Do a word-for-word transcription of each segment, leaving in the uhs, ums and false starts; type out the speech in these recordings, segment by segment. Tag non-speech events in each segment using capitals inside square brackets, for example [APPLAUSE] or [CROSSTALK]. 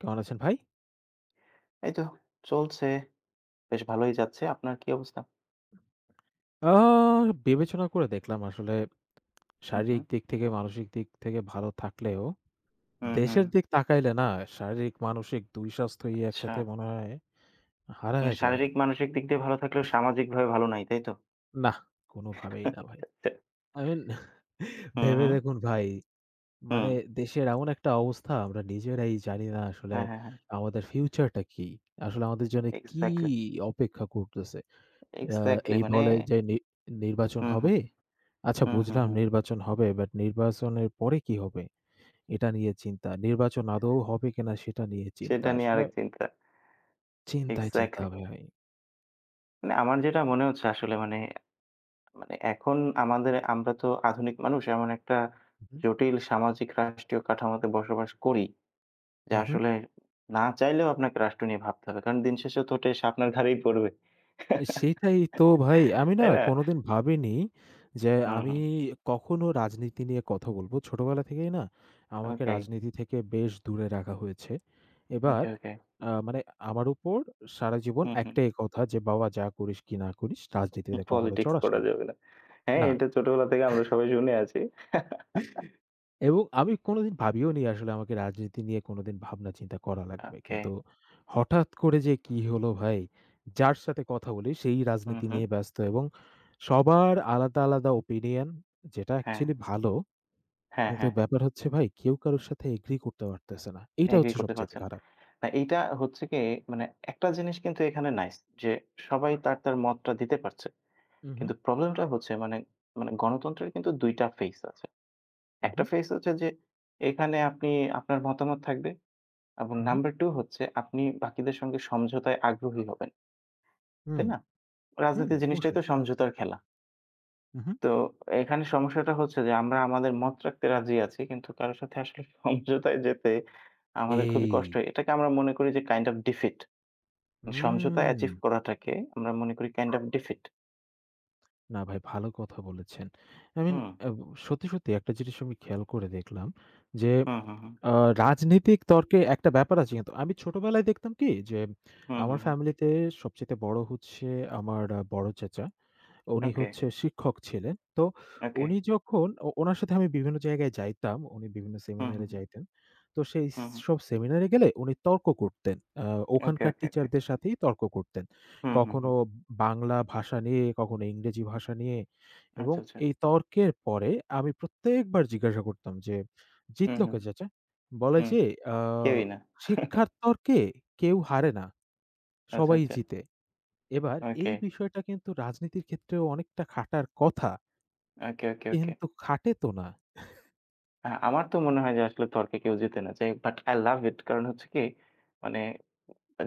কেমন আছেন ভাই? এই তো চলছে। বেশ ভালোই যাচ্ছে। আপনার কি অবস্থা? আ বিবেচনা করে দেখলাম আসলে হুম, হুম। শারীরিক দিক থেকে মানসিক দিক থেকে ভালো থাকলেও হুম, হুম। দেশের দিক তাকাইলে না শারীরিক মানসিক দুই স্বাস্থ্যই আচ্ছা। একসাথে মনে হয় মানে হারায়া যায়। শারীরিক মানসিক দিক দিয়ে ভালো থাকলেও সামাজিকভাবে ভালো নাই, তাই তো? না, [LAUGHS] কোনোভাবেই না ভাই। আচ্ছা, আচ্ছা। I mean হুম, ভেবে হুম। দেখুন ভাই। হুম। মানে দেশের এমন একটা অবস্থা আমরা নিজেরাই জানি না আসলে। হ্যাঁ, হ্যাঁ, হ্যাঁ। আমাদের ফিউচারটা কি? আসলে আমাদের জন্য কি এক্সাক্টলি, অপেক্ষা করতেছে? আ এক্সাক্টলি এই মানে বলে যে নি নির্বাচন হুম, হুম, হবে। হুম। আচ্ছা হুম, হুম, বুঝলাম হুম। নির্বাচন হবে, বাট নির্বাচনের পরে কি হবে? এটা নিয়ে চিন্তা। নির্বাচন আদৌ হবে কিনা সেটা নিয়ে চিন্তা। সেটা নিয়ে আসলে আরেক চিন্তা। চিন্তায় চিন্তা এক্সাক্টলি। ভাই। মানে আমার যেটা মনে হচ্ছে আসলে মানে, মানে এখন আমাদের আমরা তো আধুনিক মানুষ এমন একটা উহু। জটিল সামাজিক রাষ্ট্রীয় কাঠামোতে বসবাস করি। যে হুম, হুম। আসলে না চাইলেও আপনাকে রাষ্ট্র নিয়ে ভাবতে হবে। কারণ দিন শেষে তো ওটা এসে আপনার ঘাড়েই পড়বে। সেটাই তো ভাই। আমি না তাই না? কোনোদিন ভাবিনি যে হুম, আমি হুম। কখনো রাজনীতি নিয়ে কথা বলবো। ছোটবেলা থেকেই না আমাকে ওকে, রাজনীতি থেকে বেশ দূরে রাখা হয়েছে। এবার ওকে, ওকে। আ মানে আমার উপর সারা জীবন হুম, হুম। একটাই কথা যে, "বাবা যা করিস কি না করিস রাজনীতিতে কখনো পলিটিক্স জড়াস করা না।" যাবে না। হ্যাঁ, না। এটা ছোটবেলা থেকে আমরা সবাই শুনে আছি। এবং আমি কোনোদিন ভাবিও নি আসলে আমাকে রাজনীতি নিয়ে কোনোদিন ভাবনা চিন্তা করা লাগবে। ওকে। কিন্তু হঠাৎ করে যে কি হলো ভাই! যার সাথে কথা বলি সেই হুম, রাজনীতি হুম। নিয়ে ব্যস্ত এবং সবার আলাদা, আলাদা ওপিনিয়ন যেটা হ্যাঁ, অ্যাকচুয়ালি ভালো। হ্যাঁ, কিন্তু হ্যাঁ। ব্যাপার হচ্ছে ভাই কেউ কারো সাথে এগ্রি করতে পারতেছে না। এইটা এগ্রি হচ্ছে করতে সবচাইতে পারছেন। খারাপ। না, এইটা হচ্ছে কি, মানে একটা জিনিস কিন্তু এখানে নাইস, যে সবাই তার, তার মতটা দিতে পারছে। উহু, কিন্তু প্রবলেমটা হচ্ছে মানে, মানে গণতন্ত্রের কিন্তু দুই টা ফেস আছে। একটা উহু, ফেজ হচ্ছে যে এখানে আপনি আপনার মতামত থাকবে এবং উহু, নাম্বার দুই হচ্ছে আপনি বাকিদের সঙ্গে সমঝোতায় আগ্রহী হবেন। তাই হুম, না? হুম, হুম রাজনীতি জিনিসটাই অবশ্যই। তো সমঝোতার খেলা। উহু। তো এখানে সমস্যাটা হচ্ছে যে আমরা আমাদের মত রাখতে রাজি আছি কিন্তু কারো সাথে আসলে [LAUGHS] সমঝোতায় যেতে আমাদের খুবই কষ্ট এই হয়। এটাকে আমরা মনে করি যে কাইন্ড অফ ডিফিট। সমঝোতা হুম। অ্যাচিভ করাটাকে আমরা মনে করি কাইন্ড অফ হুম। ডিফিট। না ভাই ভালো কথা বলেছেন। আই মিন হুম, আব সত্যি, সত্যি একটা জিনিস আমি খেয়াল করে দেখলাম যে হুম, হুম, হুম, আ রাজনৈতিক তর্কে একটা ব্যাপার আছে কিন্তু। আমি ছোটবেলায় দেখতাম কি যে, হুম, আমার হুম, হুম। ফ্যামিলিতে সবচাইতে বড় হচ্ছে আমার আ বড় চাচা। উনি ওকে, হচ্ছে শিক্ষক ছিলেন। তো ওকে। উনি যখন ও উনার সাথে আমি বিভিন্ন জায়গায় যাইতাম, উনি বিভিন্ন হুম, হুম, সেমিনারে হুম, যাইতেন। তো সেই হুম, হুম। সব সেমিনারে গেলে উনি তর্ক করতেন। আ ওকে, ওখানকার ওকে, ওকে। টিচারদের সাথেই তর্ক করতেন। হুম, হুম, কখনো হুম। বাংলা ভাষা নিয়ে, কখনো ইংরেজি ভাষা নিয়ে এবং আচ্ছা, আচ্ছা। এই তর্কের পরে আমি প্রত্যেকবার জিজ্ঞাসা করতাম যে, হুম, "জিতল হুম। কে চাচা?" বলে হুম, যে, "আ কেউই না। শিক্ষার তর্কে কেউ হারে না, আচ্ছা, সবাই আচ্ছা। জিতে।" এবার ওকে, এই বিষয়টা কিন্তু রাজনীতির ক্ষেত্রেও অনেকটা খাটার কথা, ওকে, ওকে, ওকে। কিন্তু খাটে তো না। আ আমার তো মনে হয় যে আসলে তর্কে কেউ জেতে না। যাই বাট I love it, কারণ হচ্ছে কি, মানে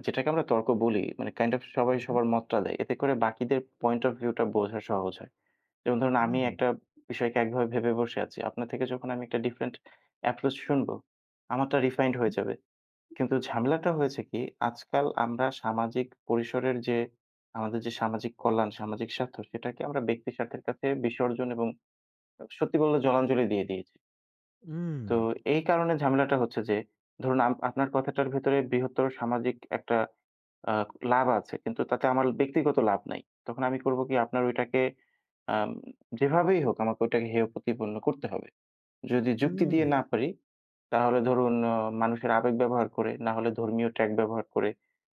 যেটাকে আমরা তর্ক বলি মানে কাইন্ড অফ সবাই হুম, সবার মতটা দেয়। এতে করে বাকিদের পয়েন্ট অফ ভিউ টা বোঝা সহজ হয়। যেমন ধরুন আমি হুম, একটা বিষয়কে একভাবে ভেবে বসে আছি। আপনার থেকে যখন আমি একটা ডিফারেন্ট অ্যাপ্রোচ শুনবো, আমারটা রিফাইন্ড হয়ে হুম। যাবে। কিন্তু ঝামেলাটা হয়েছে কি, আজকাল আমরা সামাজিক পরিসরের যে আমাদের যে সামাজিক কল্যাণ, সামাজিক স্বার্থ সেটাকে আমরা ব্যক্তি স্বার্থের কাছে বিসর্জন এবং সত্যি বললে জলাঞ্জলি দিয়ে দিয়েছি। তো উম এই কারণে ঝামেলাটা হচ্ছে যে ধরুন আম আপনার কথাটার ভেতরে বৃহত্তর সামাজিক একটা আ লাভ আছে। কিন্তু তাতে আমার ব্যক্তিগত লাভ নাই। তখন আমি করব কি, আপনার ওইটাকে আম যেভাবেই হোক আমাকে ওইটাকে হেয় প্রতিপন্ন করতে হবে। যদি যুক্তি হুম, দিয়ে না পারি, তাহলে ধরুন আ মানুষের আবেগ ব্যবহার করে, না হলে ধর্মীয় ট্যাগ ব্যবহার করে,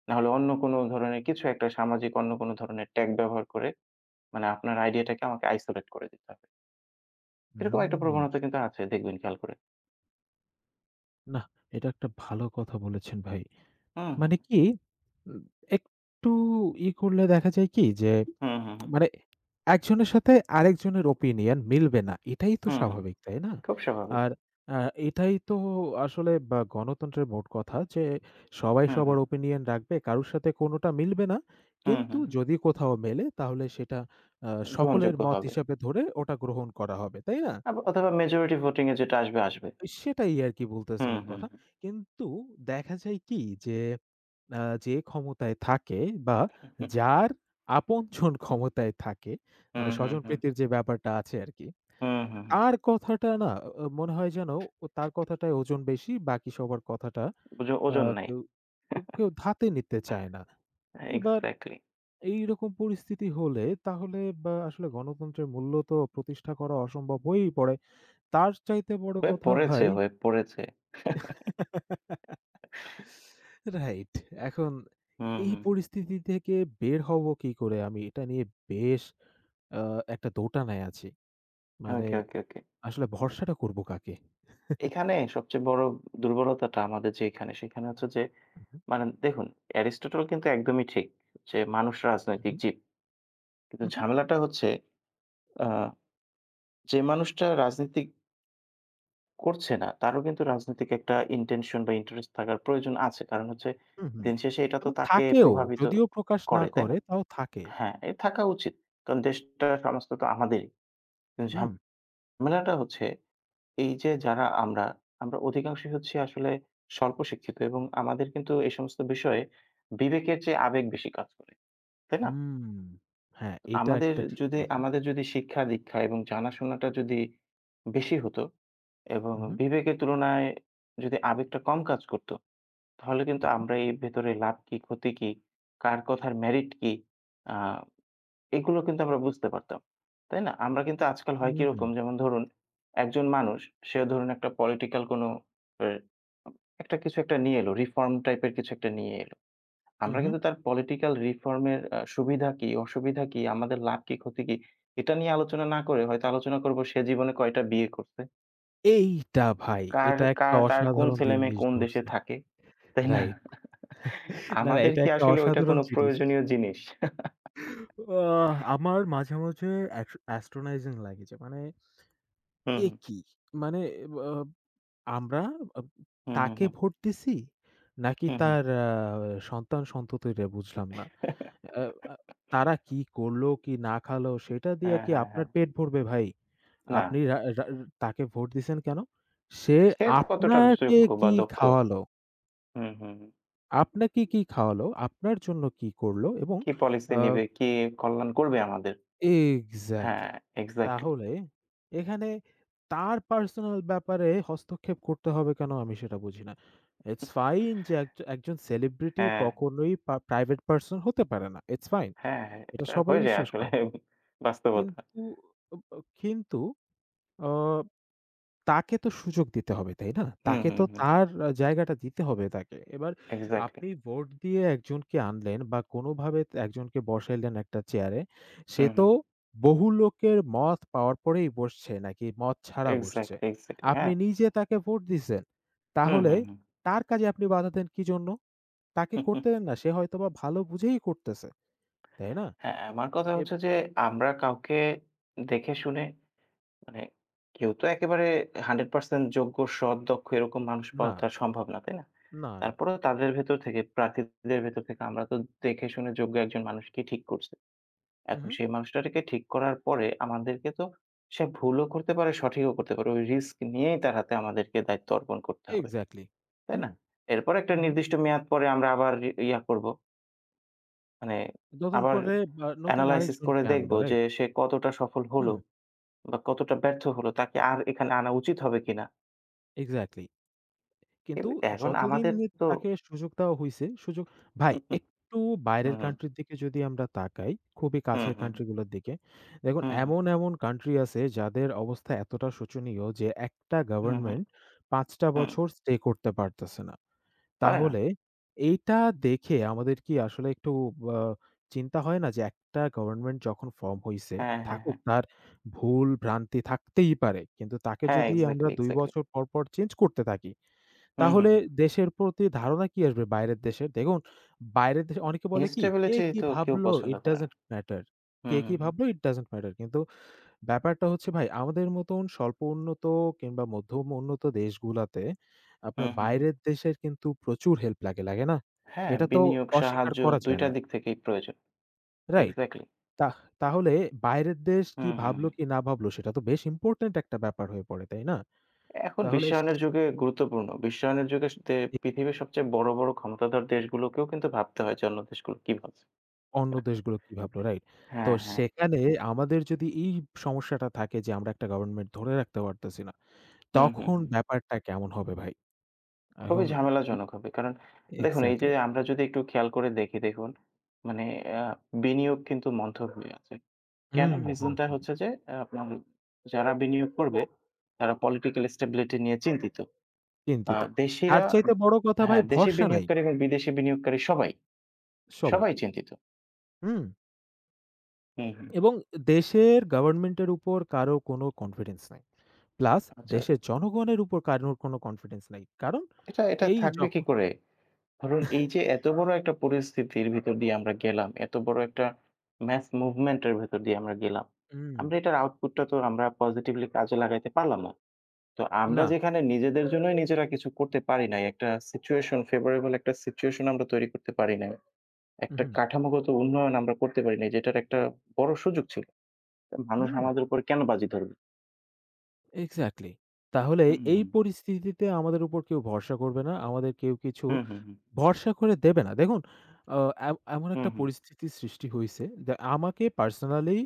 না হলে অন্য কোনো ধরনের কিছু একটা, সামাজিক অন্য কোনো ধরনের ট্যাগ ব্যবহার করে, মানে আপনার আইডিয়াটাকে আমাকে আইসোলেট করে দিতে হবে। এরকম একটা হুম। প্রবণতা কিন্তু আছে, দেখবেন খেয়াল করে। নাহ, এটা একটা ভালো কথা বলেছেন ভাই। হুম, হুম, মানে কি, উম একটু ই করলে দেখা যায় কি যে হুম, হুম, হুম, মানে একজনের সাথে আরেকজনের ওপিনিয়ন মিলবে না। এটাই তো হুম, হুম। স্বাভাবিক, তাই না? খুব স্বাভাবিক। আর আ এটাই তো আসলে বা গণতন্ত্রের মোট কথা যে সবাই হুম, সবার হুম, ওপিনিয়ন রাখবে। কারো সাথে কোনোটা মিলবে না। হুম, কিন্তু হুম, হুম। যদি কোথাও মেলে তাহলে সেটা আ সকলের গ্রহণযোগ্য মত হবে। হিসাবে ধরে ওটা গ্রহণ করা হবে, তাই না? আব অথবা মেজরিটি ভোটিং এ যেটা আসবে, আসবে। সেটাই আরকি বলতেছি হুম, মোট হুম, কথা। হুম, কিন্তু দেখা যায় কি যে আ যে ক্ষমতায় থাকে বা হুম, যার আপনজন ক্ষমতায় থাকে, মানে হুম, হুম, স্বজনপ্রীতির যে ব্যাপারটা আছে আরকি। হুম, হুম, হুম। তার কথাটা না আ মনে হয় যেন ও তার কথাটায় ওজন বেশি, বাকি সবার কথাটা ওজ আ ওজন নাই। কেউ কেউ ধাতে নিতে চায় না। এবার এক্সাক্টলি। এইরকম পরিস্থিতি হলে তাহলে বা আসলে গণতন্ত্রের মূল্য তো প্রতিষ্ঠা করা অসম্ভব হয়েই পড়ে। তার চাইতে বড় হয়ে কথা পড়েছে, ভাই হয়ে পড়েছে। [LAUGHS] রাইট। এখন হুম, এই হুম। পরিস্থিতি থেকে বের হবো কি করে আমি এটা নিয়ে বেশ আ একটা দোটানায় আছি। মানে ওকে, ওকে, ওকে। আসলে ভরসাটা করব কাকে? এখানে সবচেয়ে বড় দুর্বলতাটা আমাদের যে এখানে, সেখানে হচ্ছে যে, উহু, মানে দেখুন, অ্যারিস্টটল কিন্তু একদমই ঠিক যে, "মানুষ রাজনৈতিক উহু, জীব।" কিন্তু উহু, ঝামেলাটা হচ্ছে, আ যে মানুষটা রাজনীতি করছে না, তারও কিন্তু রাজনৈতিক একটা ইনটেনশন বা ইন্টারেস্ট থাকার প্রয়োজন আছে। কারণ হচ্ছে উহু দিন শেষে এটা তো এবং তাকে থাকেও। প্রভাবিত যদিও প্রকাশ না করে, তাই না? করে তাও থাকে। হ্যাঁ, এ থাকা উচিত। কারণ দেশটা, সমাজটা তো আমাদেরই। কিন্তু হুম, ঝামেলাটা হচ্ছে এই যে যারা আমরা, আমরা অধিকাংশই হচ্ছি আসলে স্বল্প শিক্ষিত এবং আমাদের কিন্তু এই সমস্ত বিষয়ে বিবেকের চেয়ে আবেগ বেশি কাজ করে। তাই না? হুম। হ্যাঁ, এটা আমাদের একটা ঠিক যদি কথা। আমাদের যদি শিক্ষা-দীক্ষা এবং জানাশোনাটা যদি বেশি হতো এবং উহু, বিবেকের তুলনায় যদি আবেগটা কম কাজ করত, তাহলে কিন্তু উহু, আমরা এই ভেতরে লাভ কি, ক্ষতি কি, কার কথার মেরিট কি, আ এগুলো কিন্তু আমরা বুঝতে পারতাম। তাই না? আমরা কিন্তু আজকাল হয় হুম, কিরকম, যেমন ধরুন, একজন মানুষ সে ধরুন একটা পলিটিক্যাল কোনো এ একটা কিছু একটা নিয়ে এলো, রিফর্ম টাইপের কিছু একটা নিয়ে এলো। আমরা উহু। কিন্তু তার পলিটিক্যাল রিফর্ম এর আ সুবিধা কি, অসুবিধা কি, আমাদের লাভ কি, ক্ষতি কি, এটা নিয়ে আলোচনা না করে হয়তো আলোচনা করব সে জীবনে কয়টা বিয়ে করছে, এইটা ভাই, কার এটা কা একটা তার কোন অসাধারণ ছেলেমেয়ে জিনিস কোন দেশে ধরছেন। থাকে। তাই না? রাইট। না, না আমাদের এটা কি একটা আসলে ওইটা অসাধারণ কোনো জিনিস। প্রয়োজনীয় জিনিস? আ আমার মাঝে, মাঝে অ্যাস অ্যাস্ট্রোনাইজিং লাগে যে মানে হুম, এ হুম। কি? মানে আ আমরা আব হুম, হুম, তাকে হুম। ভোট দিছি নাকি হুম, হুম। তার আ সন্তান-সন্ততিরে বুঝলাম না। আ আ তারা কি করলো, কি না খালো সেটা দিয়ে হ্যাঁ, কি হ্যাঁ, আপনার হ্যাঁ। পেট ভরবে ভাই? না। আপনি রা রা তাকে ভোট দিছেন কেন? সে সে কতটা আপনাকে যোগ্য বা কি দক্ষ। খাওয়ালো? হুম, হুম। হুম। আপনাকে কি খাওয়ালো? আপনার জন্য কি করলো এবং কি পলিসি আ নিবে, কি কল্যাণ করবে আমাদের। হ্যাঁ, এক্সাক্টলি। এক্সাক্টলি। তাহলে এখানে তার পার্সোনাল ব্যাপারে হস্তক্ষেপ করতে হবে কেন আমি সেটা বুঝি না। ইটস ফাইন যে এক একজন সেলিব্রিটি হ্যাঁ, কখনোই পা প্রাইভেট পারসন হতে পারে না। It's fine. হ্যাঁ, হ্যাঁ, এটা এটা সবাই হয়ে যায় বিশ্বাস আসলে করে। বাস্তবতা। কিন্তু অব কিন্তু অ তাকে তো সুযোগ দিতে হবে, তাই না? হুম, তাকে হুম, তো হুম, হুম। তার আ জায়গাটা দিতে হবে তাকে। এবার এক্সাক্টলি। আপনি ভোট দিয়ে একজনকে আনলেন বা কোনোভাবে একজনকে বসাইলেন একটা চেয়ারে। সে হুম, তো হুম, হুম। বহু লোকের মত পাওয়ার পরেই বসছে নাকি মত ছাড়া বসছে। Exactly, exactly. আপনি হ্যাঁ। নিজে তাকে ভোট দিছেন। হুম, তাহলে হুম, হুম। তার কাজে আপনি বাধা দেন কি জন্য? তাকে করতে দেন না। সে হয়তোবা ভালো বুঝেই করতেছে, তাই না? হ্যাঁ, আমার কথা এব হচ্ছে যে আমরা কাউকে দেখে শুনে, মানে কেউ তো একেবারে একশ পার্সেন্ট যোগ্য, সৎ, দক্ষ এরকম মানুষ না, পাওয়া তো আর সম্ভব না, তাই না? না, না। তারপরেও তাদের ভেতর থেকে, প্রার্থীদের ভেতর থেকে আমরা তো দেখে শুনে যোগ্য একজন মানুষকে ঠিক করছি। এখন উহু, সেই মানুষটাকে ঠিক করার পরে আমাদেরকে তো, সে ভুলও করতে পারে, সঠিকও করতে পারে। ওই রিস্ক নিয়েই তার হাতে আমাদেরকে দায়িত্ব অর্পণ করতে হবে, এক্সাক্টলি। তাই না? হুম, এরপর একটা হু, হু। নির্দিষ্ট মেয়াদ পরে আমরা আবার ই ইয়া করব, মানে নতুন আবার করে বা নতুন এনালাইসিস করে আরেকজনকে দেখব আনবো, যে রাইট? সে কতটা সফল হলো হুম, বা কতটা ব্যর্থ হলো। তাকে আর এখানে আনা উচিত হবে কিনা? এক্সাক্টলি। এব কিন্তু এখন যতদিন আমাদের তো তাকে সুযোগ দেওয়া হইছে, সুযোগ ভাই একটু হুম, বাইরের হুম, কান্ট্রির দিকে যদি আমরা তাকাই, খুবই হুম, কাছের হুম, কান্ট্রি গুলোর দিকে, দেখুন হুম, হুম, এমন, এমন কান্ট্রি আছে যাদের অবস্থা এতটা শোচনীয় যে একটা হুম, হুম, গভর্নমেন্ট পাঁচ টা হুম, বছর স্টে করতে পারতেছে না। পারে না। তাহলে এইটা দেখে আমাদের কি আসলে একটু আ চিন্তা হয় না যে একটা গভর্নমেন্ট যখন ফর্ম হইছে, হ্যাঁ, হ্যাঁ, হ্যাঁ। থাকুক তার ভুল ভ্রান্তি থাকতেই পারে। কিন্তু তাকে হ্যাঁ, যদি আমরা এক্সাক্টলি, দুই এক্সাক্টলি। বছর পর, পর চেঞ্জ করতে থাকি, হুম, হুম, তাহলে হুম। দেশের প্রতি ধারণা কি আসবে বাইরের দেশের? দেখুন বাইরের দেশে অনেকে বলে কি, "কে ইনস্টেবিলিটি কি তো কেউ ভাবলো? পছন্দ ইট করে না। Doesn't matter." কে হুম, কি হুম, হুম, ভাবলো? It doesn't matter. কিন্তু ব্যাপারটা হচ্ছে ভাই আমাদের মতন স্বল্প উন্নত কিংবা মধ্যম উন্নত দেশগুলাতে আপনার হুম, হুম, হুম। বাইরের দেশের কিন্তু প্রচুর হেল্প লাগে, লাগে না? হ্যাঁ, এটা তো বিনিয়োগ, অস্বীকার সাহায্য করা দুই যায় টা না। দিক থেকেই প্রয়োজন। রাইট? এক্সাক্টলি। তাহ তাহলে বাইরের দেশ কি হুম, হুম, হুম। ভাবলো কি না ভাবলো সেটা তো বেশ ইম্পোর্টেন্ট একটা ব্যাপার হয়ে পড়ে, তাই না? এখন তাহলে স বিশ্বায়নের যুগে গুরুত্বপূর্ণ। বিশ্বায়নের যুগে স দে এ পৃথিবীর সবচেয়ে বড়, বড় ক্ষমতাধর দেশগুলোকেও কিন্তু ভাবতে হয় যে অন্য দেশগুলো কি ভাবছে। অন্য দেশগুলো কি ভাবলো, রাইট? তো হ্যাঁ, হ্যাঁ। সেখানে আমাদের যদি এই সমস্যাটা থাকে যে আমরা একটা গভর্নমেন্ট ধরে রাখতে পারতেছি না, হুম, হুম, তখন হুম। ব্যাপারটা কেমন হবে ভাই? খুবই এখন ই ঝামেলাজনক হবে। কারণ দেখুন এই যে এক্সাক্টলি। আমরা যদি একটু খেয়াল করে দেখি, দেখুন, মানে আ বিনিয়োগ কিন্তু মন্থর হয়ে আছে। কেন? হুম, হুম, রিজনটা হুম। হচ্ছে যে, আ আপনার যারা বিনিয়োগ করবে তারা পলিটিক্যাল স্টেবিলিটি নিয়ে চিন্তিত। আ চিন্তিত। তার দেশিরা চাইতে বড় কথা ভাই হ্যাঁ, দেশি ভরসা নাই বিনিয়োগকারী এবং বিদেশি বিনিয়োগকারী সবাই, সবাই। সবাই চিন্তিত। হুম? হুম, হুম। এবং দেশের গভর্নমেন্ট এর উপর কারো কোনো কনফিডেন্স নাই। প্লাস আচ্ছা, আচ্ছা। দেশের জনগণের উপর কারোর কোনো কনফিডেন্স নাই। কারণ এটা এটা এই থাকবে কি যখন করে? ধরুন এই যে এত বড় একটা পরিস্থিতির ভিতর দিয়ে আমরা গেলাম, এত বড় একটা ম্যাস মুভমেন্ট এর ভেতর দিয়ে আমরা গেলাম। হুম, আমরা এটার আউটপুটটা তো আমরা পজিটিভলি কাজে লাগাইতে পারলাম না। তো আমরা না। যেখানে নিজেদের জন্যই নিজেরা কিছু করতে পারি নাই, একটা সিচুয়েশন, ফেভারেবল একটা সিচুয়েশন আমরা তৈরি করতে পারি নাই। একটা উহু, কাঠামোগত উন্নয়ন আমরা করতে পারি নাই, যেটার একটা বড় সুযোগ ছিল। তো মানুষ হুম, আমাদের উপর কেন বাজি ধরবে? এক্সাক্টলি। তাহলে হুম, এই হুম। পরিস্থিতিতে আমাদের উপর কেউ ভরসা করবে না। আমাদের কেউ কিছু হুম, হুম, হুম। ভরসা করে দেবে না। দেখুন আ এম এমন হুম, একটা হুম, পরিস্থিতির সৃষ্টি হইছে যে আমাকে পার্সোনালি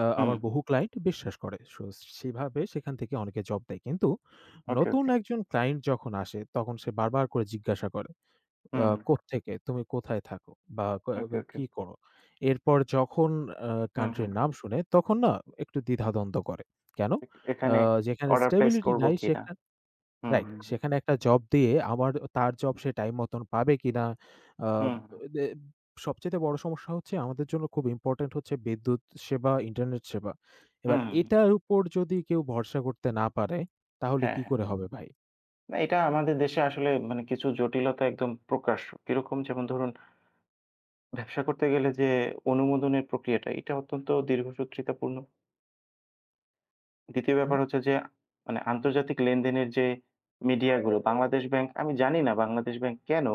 আ হুম। আমার বহু ক্লায়েন্ট বিশ্বাস করে। সো সেভাবে সেখান থেকে অনেকে জব দেয়। কিন্তু ওকে, নতুন ওকে। একজন ক্লায়েন্ট যখন আসে তখন সে বারবার করে জিজ্ঞাসা করে, আ হুম, হুম। "কোত্থেকে? তুমি কোথায় থাকো? বা ক ওকে, ওকে। কি করো?" এরপর যখন আ হুম, হুম। কান্ট্রির নাম শুনে তখন না একটু দ্বিধাদ্বন্দ্ব করে। কেন? এ আ এখানে যেখানে অর্ডার প্লেস স্টেবিলিটি করব নাই কিনা? সেখান হুম, রাইট। হুম, সেখানে একটা জব দিয়ে আমার তার জব সে টাইম মতন পাবে কিনা? আ হুম, দে সবচাইতে বড় সমস্যা হচ্ছে আমাদের জন্য খুব ইম্পোর্টেন্ট হচ্ছে বিদ্যুৎ সেবা, ইন্টারনেট সেবা। এবার হুম, হুম, এটার উপর যদি কেউ ভরসা করতে না পারে, তাহলে হ্যাঁ, কি হ্যাঁ। করে হবে ভাই? না, এটা আমাদের দেশে আসলে মানে কিছু জটিলতা একদম প্রকাশ্য। কিরকম? যেমন ধরুন, ব্যবসা করতে গেলে যে অনুমোদনের প্রক্রিয়াটা এটা অত্যন্ত দীর্ঘসূত্রিতাপূর্ণ। দ্বিতীয় ব্যাপার হুম? হচ্ছে যে মানে আন্তর্জাতিক লেনদেনের যে মিডিয়াগুলো, বাংলাদেশ ব্যাংক, আমি জানি না বাংলাদেশ ব্যাংক কেন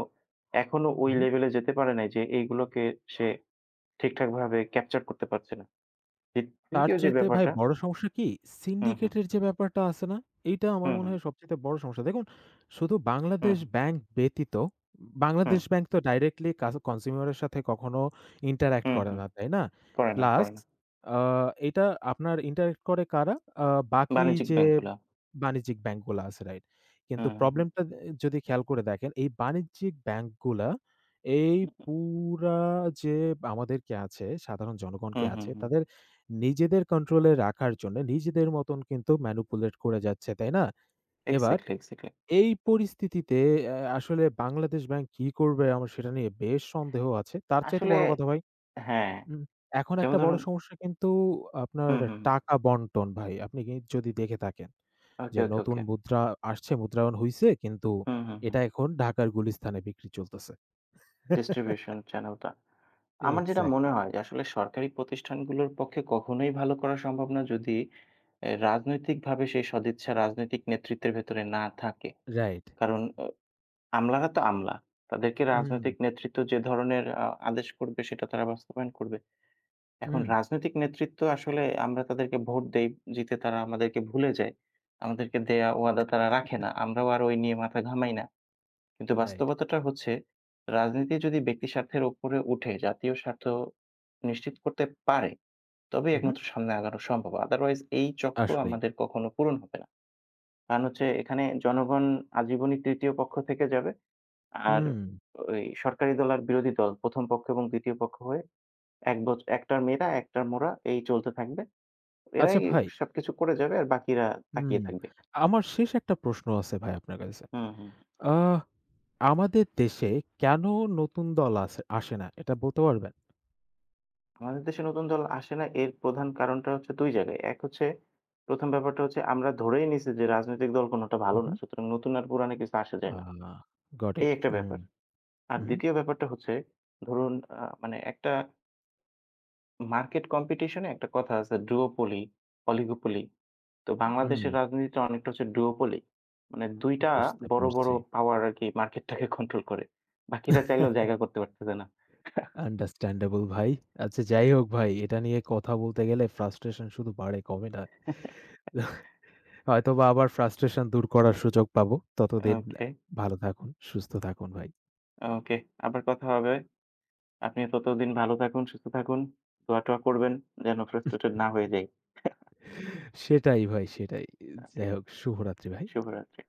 এখনো হু, ওই হু। লেভেলে যেতে পারে নাই যে এইগুলোকে সে ঠিকঠাকভাবে ক্যাপচার করতে পারছে না। তি তার তৃতীয় যে চাইতে ভাই ব্যাপারটা বড় সমস্যা কি? হুম, হুম, সিন্ডিকেটের যে ব্যাপারটা আছে না? এইটা আমার হুম, মনে হুম, হয় সবচাইতে বড় সমস্যা। দেখুন শুধু হুম, বাংলাদেশ হুম, ব্যাংক ব্যতীত, হুম, বাংলাদেশ ব্যাংক তো ডাইরেক্টলি কাস কনজিউমার এর সাথে কখনো ইন্টারেক্ট হুম, করে হুম, না, তাই না? করে না, প্লাস করে না। আ এটা আপনার ইন্টারেক্ট করে কারা? আ বাকি বাণিজ্যিক যে ব্যাংকগুলা। বাণিজ্যিক ব্যাংকগুলা আছে রাইট। কিন্তু হুম, হুম, প্রবলেমটা এ যদি খেয়াল করে দেখেন, এই বাণিজ্যিক ব্যাংকগুলা এই পুরা যে আমাদেরকে আছে, সাধারণ জনগণকে হুম, হুম, আছে, হুম। তাদের নিজেদের কন্ট্রোলে রাখার জন্য নিজেদের মতন কিন্তু ম্যানিপুলেট করে যাচ্ছে, তাই না? এবার এক্সাক্টলি, এক্সাক্টলি। এই পরিস্থিতিতে অ্যা আসলে বাংলাদেশ ব্যাংক কি করবে? আমার সেটা নিয়ে বেশ সন্দেহ আছে। তার চাইতে আসলে বড় কথা ভাই হ্যাঁ, হুম, এখন যেমন একটা বড় ধরুন সমস্যা কিন্তু আপনার হুম, হুম, টাকা বন্টন ভাই। আপনি কি যদি দেখে থাকেন ওকে, যে ওকে, নতুন ওকে। মুদ্রা আসছে, মুদ্রায়ন হইছে কিন্তু হুম, হুম, হুম। এটা এখন ঢাকার গুলিস্তানে বিক্রি চলতেছে। ডিস্ট্রিবিউশন [LAUGHS] চ্যানেলটা। আমার যেটা মনে এক্সাক্টলি। হয় যে আসলে সরকারি প্রতিষ্ঠানগুলোর পক্ষে কখনোই ভালো করা সম্ভব না যদি এ রাজনৈতিকভাবে সেই সদিচ্ছা রাজনৈতিক নেতৃত্বের ভেতরে না থাকে। রাইট। কারণ আ আমলারা তো আমলা। তাদেরকে হুম, রাজনৈতিক নেতৃত্ব যে ধরনের আ আদেশ করবে সেটা তারা বাস্তবায়ন করবে। এখন হুম, রাজনৈতিক নেতৃত্ব আসলে আমরা তাদেরকে ভোট দেই, জিতে তারা আমাদেরকে ভুলে যায়। আমাদেরকে দেয়া ওয়াদা তারা রাখে না। আমরাও আর ওই নিয়ে মাথা ঘামাই না। কিন্তু রাইট। বাস্তবতাটা হচ্ছে, রাজনীতি যদি ব্যক্তি স্বার্থের উপরে উঠে জাতীয় স্বার্থ নিশ্চিত করতে পারে, তবেই হু, হু। একমাত্র সামনে আগানো সম্ভব। আদারওয়াইজ এই চক্র আসলেই। আমাদের কখনো পূরণ হবে না। কারণ হচ্ছে এখানে জনগণ আজীবনই তৃতীয় পক্ষ থেকে যাবে। আর হুম। ওই সরকারি দল আর বিরোধী দল প্রথম পক্ষ এবং দ্বিতীয় পক্ষ হয়ে এক বছ এক টার মেয়েরা এক টার মোরা এই চলতে থাকবে। এরাই আচ্ছা ভাই, সবকিছু করে যাবে আর বাকিরা হুম, তাকিয়ে থাকবে। আমার শেষ একটা প্রশ্ন আছে ভাই আপনার কাছে। হুম, হুম। আহ আমাদের দেশে কেন নতুন দল আস আসে না? এটা বলতে পারবেন? আমাদের দেশে নতুন দল আসে না, এর প্রধান কারণটা হচ্ছে দুই জায়গায়। এক হচ্ছে, প্রথম ব্যাপারটা হচ্ছে আমরা ধরেই নিছি যে রাজনৈতিক দল কোনটা হু, ভালো না। হু। সুতরাং নতুন আর পুরানো কিছু আসা যায় আ না। গট এই ইট। একটা হুম, ব্যাপার। আর হু, হু। দ্বিতীয় ব্যাপারটা হচ্ছে, ধরুন আ মানে একটা মার্কেট কম্পিটিশন এ একটা কথা আছে duopoly, oligopoly। তো বাংলাদেশের উম রাজনীতিটা অনেকটা হচ্ছে duopoly, মানে দুই টা বুঝতে বড়, বড় পারছি। পাওয়ার আরকি মার্কেটটাকে কন্ট্রোল করে। বাকিরা চাইলেও জায়গা করতে পারতেছে না। আন্ডারস্ট্যান্ডেবল ভাই। আচ্ছা যাই হোক ভাই, এটা নিয়ে কথা বলতে গেলে ফ্রাস্ট্রেশন শুধু বাড়ে কমে না। [LAUGHS] হয়তোবা আবার ফ্রাস্ট্রেশন দূর করার সুযোগ পাবো। ততদিন ওকে, ভালো থাকুন, সুস্থ থাকুন ভাই। ওকে। আবার কথা হবে। আপনি ততদিন ভালো থাকুন, সুস্থ থাকুন। দোয়া-টোয়া করবেন যেন ফ্রাস্ট্রেটেড না হয়ে যাই। সেটাই ভাই সেটাই। ওকে, যাই হোক শুভরাত্রি ভাই। শুভরাত্রি।